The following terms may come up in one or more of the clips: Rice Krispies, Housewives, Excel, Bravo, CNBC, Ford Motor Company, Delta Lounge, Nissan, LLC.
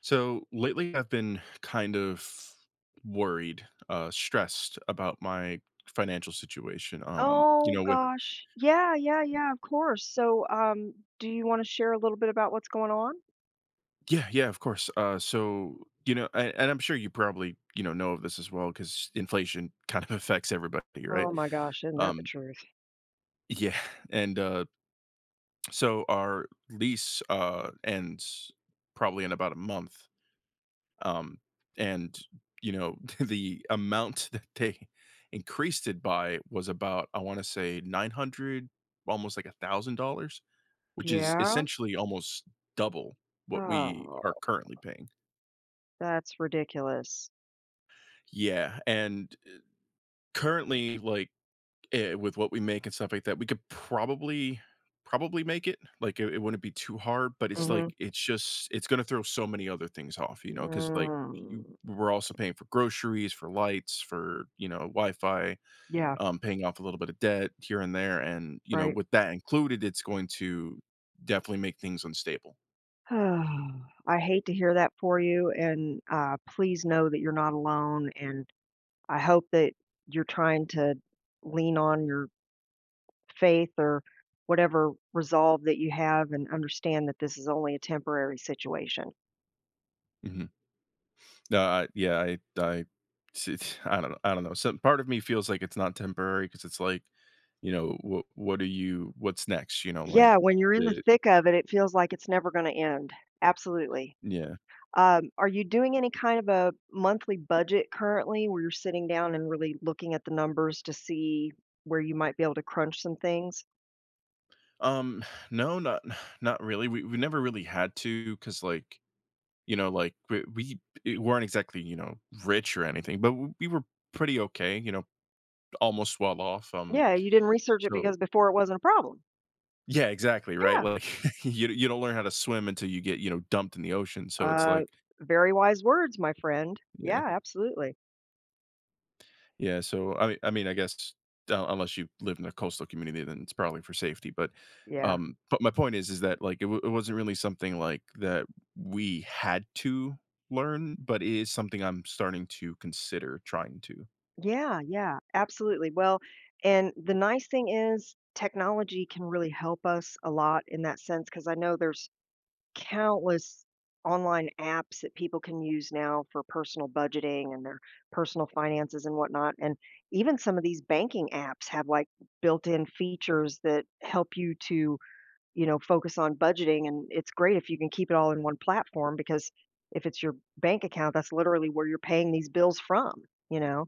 So lately, I've been kind of worried, stressed about my financial situation. Um, you Oh know, with gosh. Yeah, yeah, yeah, of course. So, do you wanna share a little bit about what's going on? yeah, yeah, of course. And I'm sure you probably know of this as well because inflation kind of affects everybody, right? Oh my gosh, isn't that the Um, truth? yeah, and so our lease ends probably in about a month. Um, and the amount that they increased it by was about, I wanna say 900, almost like $1,000, which is Yeah? essentially almost double what we are Oh, currently paying. that's ridiculous. Yeah, and, currently, like, with what we make and stuff like that, we could probably make it. Like it wouldn't be too hard, but it's Mhm. like it's just it's gonna throw so many other things off, you know, because like you Mm. we're also paying for groceries, for lights, for Wi-Fi, Yeah, paying off a little bit of debt here and there. And, you know, right. with that included, it's going to definitely make things unstable. I hate to hear that for you, and, please know that you're not alone, and I hope that you're trying to lean on your faith or whatever resolve that you have and understand that this is only a temporary situation. Mhm. No, I yeah, I it's- I don't know I don't know. Some part of me feels like it's not temporary because it's like, you know, what are you what's next, you know, like Yeah, when you're in the the thick of it, it feels like it's never gonna end. Absolutely. yeah. Are you doing any kind of a monthly budget currently where you're sitting down and really looking at the numbers to see where you might be able to crunch some things? Um, no, not not really. We never really had to because, like, you know, weren't exactly, you know, rich or anything, but w we were pretty okay, you know, almost well off, Yeah, you didn't research it so because before it wasn't a problem. yeah, exactly, right? Yeah. Like, you don't learn how to swim until you get, you know, dumped in the ocean, so it's Uh, like Very wise words, my friend. yeah. Yeah, absolutely. Yeah, so I mean, I guess, unless you live in a coastal community, then it's probably for safety, Yeah. But my point is that, like, it wasn't really something, like, that we had to learn, but it is something I'm starting to consider trying to. Yeah, yeah, absolutely. Well, and the nice thing is technology can really help us a lot in that sense because I know there's countless online apps that people can use now for personal budgeting and their personal finances and whatnot. And even some of these banking apps have like built in features that help you to, you know, focus on budgeting. And it's great if you can keep it all in one platform because if it's your bank account, that's literally where you're paying these bills from, you know?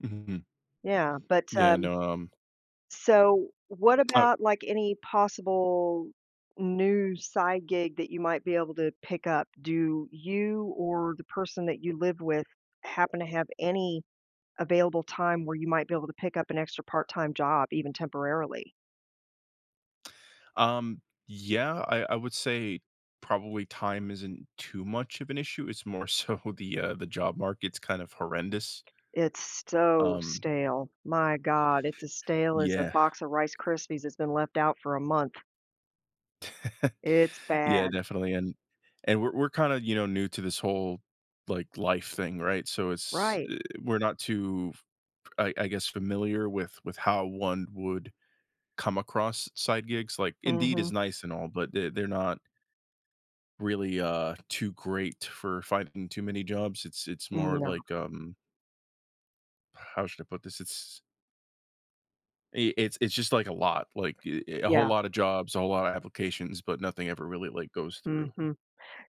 Mhm. Yeah. But Yeah, um, no, um so, what Oh, about, like, any possible new side gig that you might be able to pick up? Do you or the person that you live with happen to have any available time where you might be able to pick up an extra part-time job, even temporarily? um, yeah, I would say probably time isn't too much of an issue, it's more so the job market's kind of horrendous. It's so Um, stale. My god, it's as stale as a yeah. box of Rice Krispies that's been left out for a month. It's Yeah, bad. definitely, and and we're kinda, you know, new to this whole, like, life thing, right? So it's, Right. We're not too I guess familiar with how one would come across side gigs, like, Indeed Mhm. is nice and all, but they're not really, too great for finding too many jobs. It's more No. like, how should I put this? It's it's just, like, a lot, like, a whole Yeah. lot of jobs, a whole lot of applications, but nothing ever really, like, goes through. Mhm.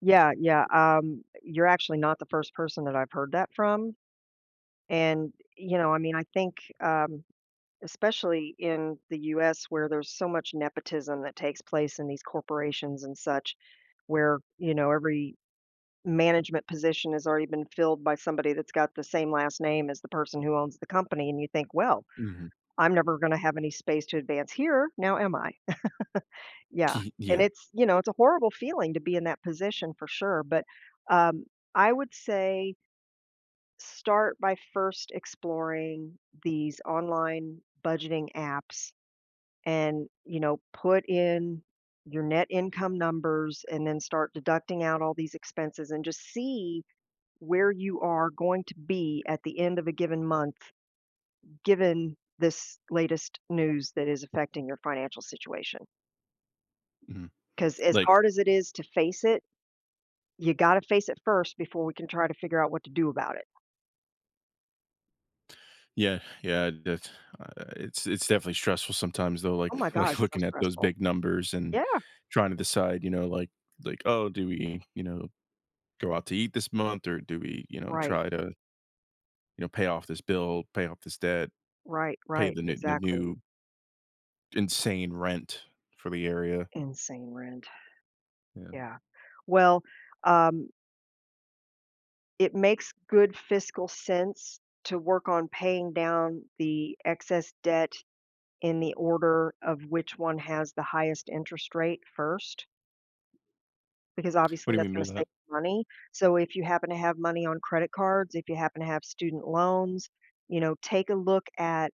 Yeah, yeah, you're actually not the first person that I've heard that from, and, you know, I mean, I think, especially in the US where there's so much nepotism that takes place in these corporations and such, where, you know, every management position has already been filled by somebody that's got the same last name as the person who owns the company, and you think, "Well, Mhm. I'm never gonna have any space to advance here, now am I?" Yeah, and Yeah. it's you know, it's a horrible feeling to be in that position for sure, but, um, I would say start by first exploring these online budgeting apps and, you know, put in your net income numbers and then start deducting out all these expenses and just see where you are going to be at the end of a given month, given this latest news that is affecting your financial situation. Mhm. Because as Like hard as it is to face it, you gotta face it first before we can try to figure out what to do about it. yeah, yeah, that's, it's definitely stressful sometimes though, like Oh my god, like it's so looking at those stressful. big numbers and Yeah, trying to decide, you know, like oh, do we go out to eat this month or do we right, try to pay off this bill, pay off this debt, pay right, the exactly. new insane rent for the area. Insane rent, Yeah, yeah. Well, um, it makes good fiscal sense to work on paying down the excess debt in the order of which one has the highest interest rate first, because what obviously do you that's gonna mean by save that? money. So if you happen to have money on credit cards, if you happen to have student loans, you know, take a look at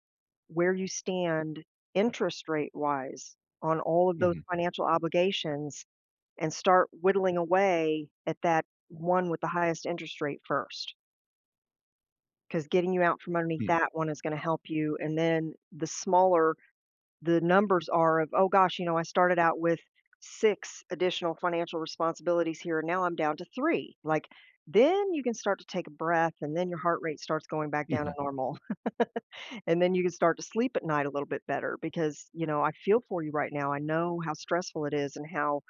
where you stand interest rate wise on all of those Hmm. financial obligations and start whittling away at that one with the highest interest rate first. Because getting you out from underneath that one is going to help you. And then the smaller the numbers are of, oh gosh, you know, I started out with six additional financial responsibilities here, and now I'm down to three. Like, then you can start to take a breath, and then your heart rate starts going back down Hmm. to normal. And then you can start to sleep at night a little bit better because, you know, I feel for you right now. I know how stressful it is and how,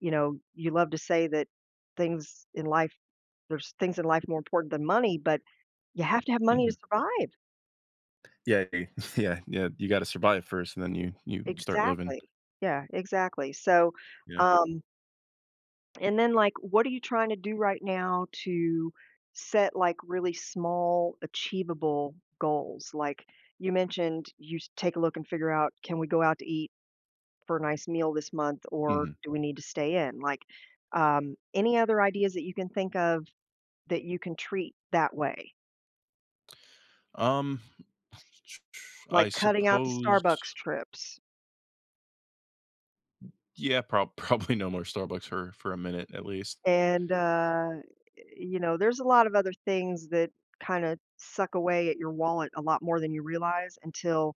you know, you love to say that things in life, there's things in life more important than money, but you have to have money Hmm. to survive. Yeah, yeah, yeah. You got to survive first, and then you start living. Exactly. Yeah, exactly. So, Yeah. um, And then, like, what are you trying to do right now to set, like, really small, achievable goals? Like, you mentioned you s- take a look and figure out, can we go out to eat for a nice meal this month or Hmm. do we need to stay in? Like, any other ideas that you can think of that you can treat that way? Um, I Like cutting out the suppose, Starbucks trips. yeah, prob probably no more Starbucks for a minute at least. And, you know, there's a lot of other things that kind of suck away at your wallet a lot more than you realize until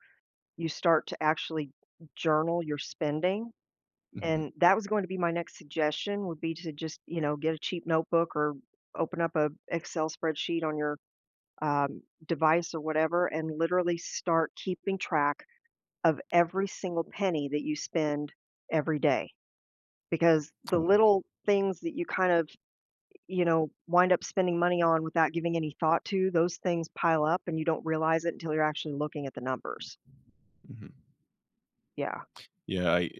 you start to actually journal your spending, Mhm. and that was going to be my next suggestion would be to just, you know, get a cheap notebook or open up a Excel spreadsheet on your, device or whatever and literally start keeping track of every single penny that you spend every day. Because the No. little things that you kind of, you know, wind up spending money on without giving any thought to, those things pile up and you don't realize it until you're actually looking at the numbers. Mhm. Yeah. Yeah, I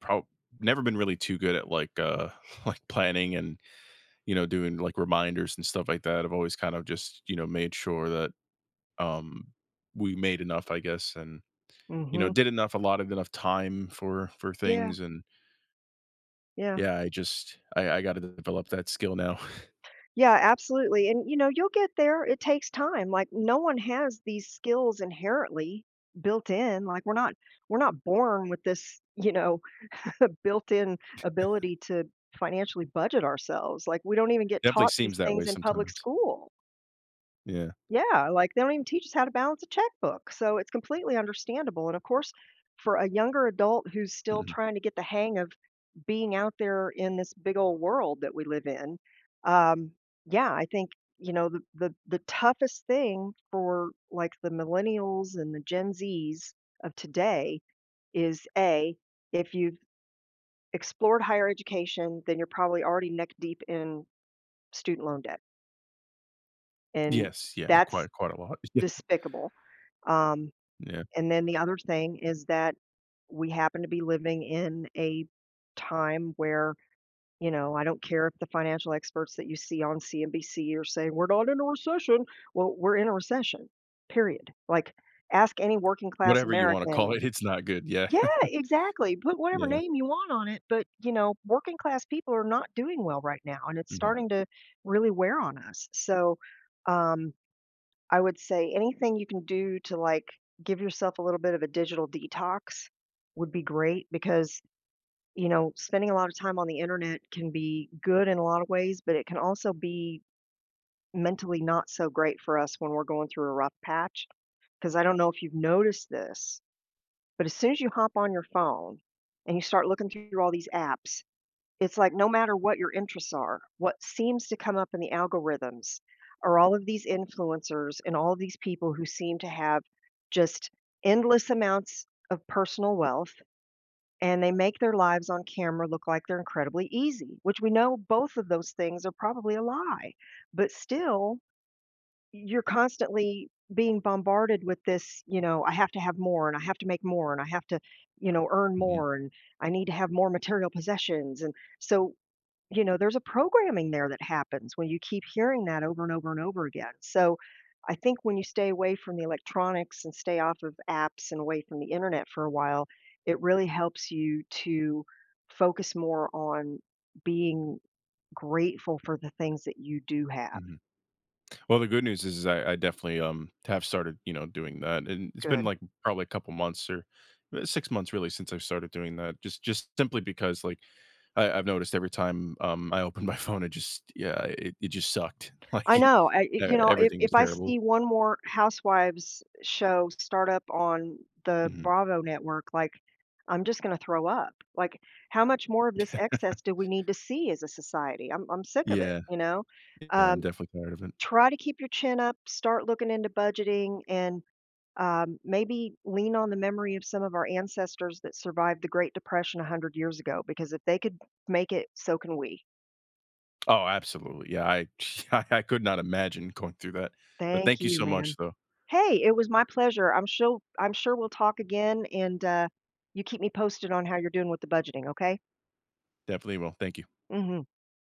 probably never been really too good at, like, like, planning and, you know, doing, like, reminders and stuff like that. I've always kind of just, you know, made sure that, um, we made enough, I guess, and, you know, Mhm. did enough, allotted enough time for Yeah, things, and, yeah. yeah, I just I gotta develop that skill now. Yeah, absolutely, and, you know, you'll get there, it takes time, like, no one has these skills inherently built in, like, we're not born with this, you know, built-in ability to financially budget ourselves, like, we don't even get Definitely taught these seems that way things in public sometimes. school. Yeah. Yeah, like, they don't even teach us how to balance a checkbook, so it's completely understandable, and, of course, for a younger adult who's still Mhm. trying to get the hang of being out there in this big old world that we live in, um, yeah, I think you know the toughest thing for like the millennials and the Gen Zs of today is a if you've explored higher education, then you're probably already neck deep in student loan debt, and Yes, yeah, that's quite a lot. Yeah, despicable. Um, yeah. and then the other thing is that we happen to be living in a time where you know, I don't care if the financial experts that you see on CNBC are saying we're not in a recession. Well, we're in a recession, period. Like, ask any working class Whatever you wanna call American. it, it's not good, yeah. Yeah, exactly. Put whatever Yeah. name you want on it. But, you know, working class people are not doing well right now, and it's Mhm, starting to really wear on us. So, um, I would say anything you can do to like give yourself a little bit of a digital detox would be great because you know, spending a lot of time on the internet can be good in a lot of ways, but it can also be mentally not so great for us when we're going through a rough patch. Because I don't know if you've noticed this, but as soon as you hop on your phone and you start looking through all these apps, it's like no matter what your interests are, what seems to come up in the algorithms are all of these influencers and all of these people who seem to have just endless amounts of personal wealth and they make their lives on camera look like they're incredibly easy, which we know both of those things are probably a lie. But still, you're constantly being bombarded with this, you know, I have to have more and I have to make more and I have to, you know, earn mhm. more and I need to have more material possessions. And so you know, there's a programming there that happens when you keep hearing that over and over and over again. So I think when you stay away from the electronics and stay off of apps and away from the internet for a while, it really helps you to focus more on being grateful for the things that you do have. Mhm. Well, the good news is, I definitely have started, you know, doing that, and it's been Good. like probably a couple months or 6 months really since I've started doing that. Just simply because like I've noticed every time I opened my phone, it just yeah, it just sucked. I know. You know, everything was if I terrible. see one more Housewives show start up on the Hmm. Bravo network, like, I'm just going to throw up. Like, how much more of this excess do we need to see as a society? I'm sick of it, Yeah, you know? yeah, I'm Um, definitely tired of it. Try to keep your chin up, start looking into budgeting, and maybe lean on the memory of some of our ancestors that survived the Great Depression 100 years ago, because if they could make it, so can we. Oh, absolutely. Yeah, I I could not imagine going through that. But Thank thank you you, so much, man. though. Hey, it was my pleasure. I'm sure we'll talk again and you keep me posted on how you're doing with the budgeting, okay? Definitely will. Thank you. Mhm.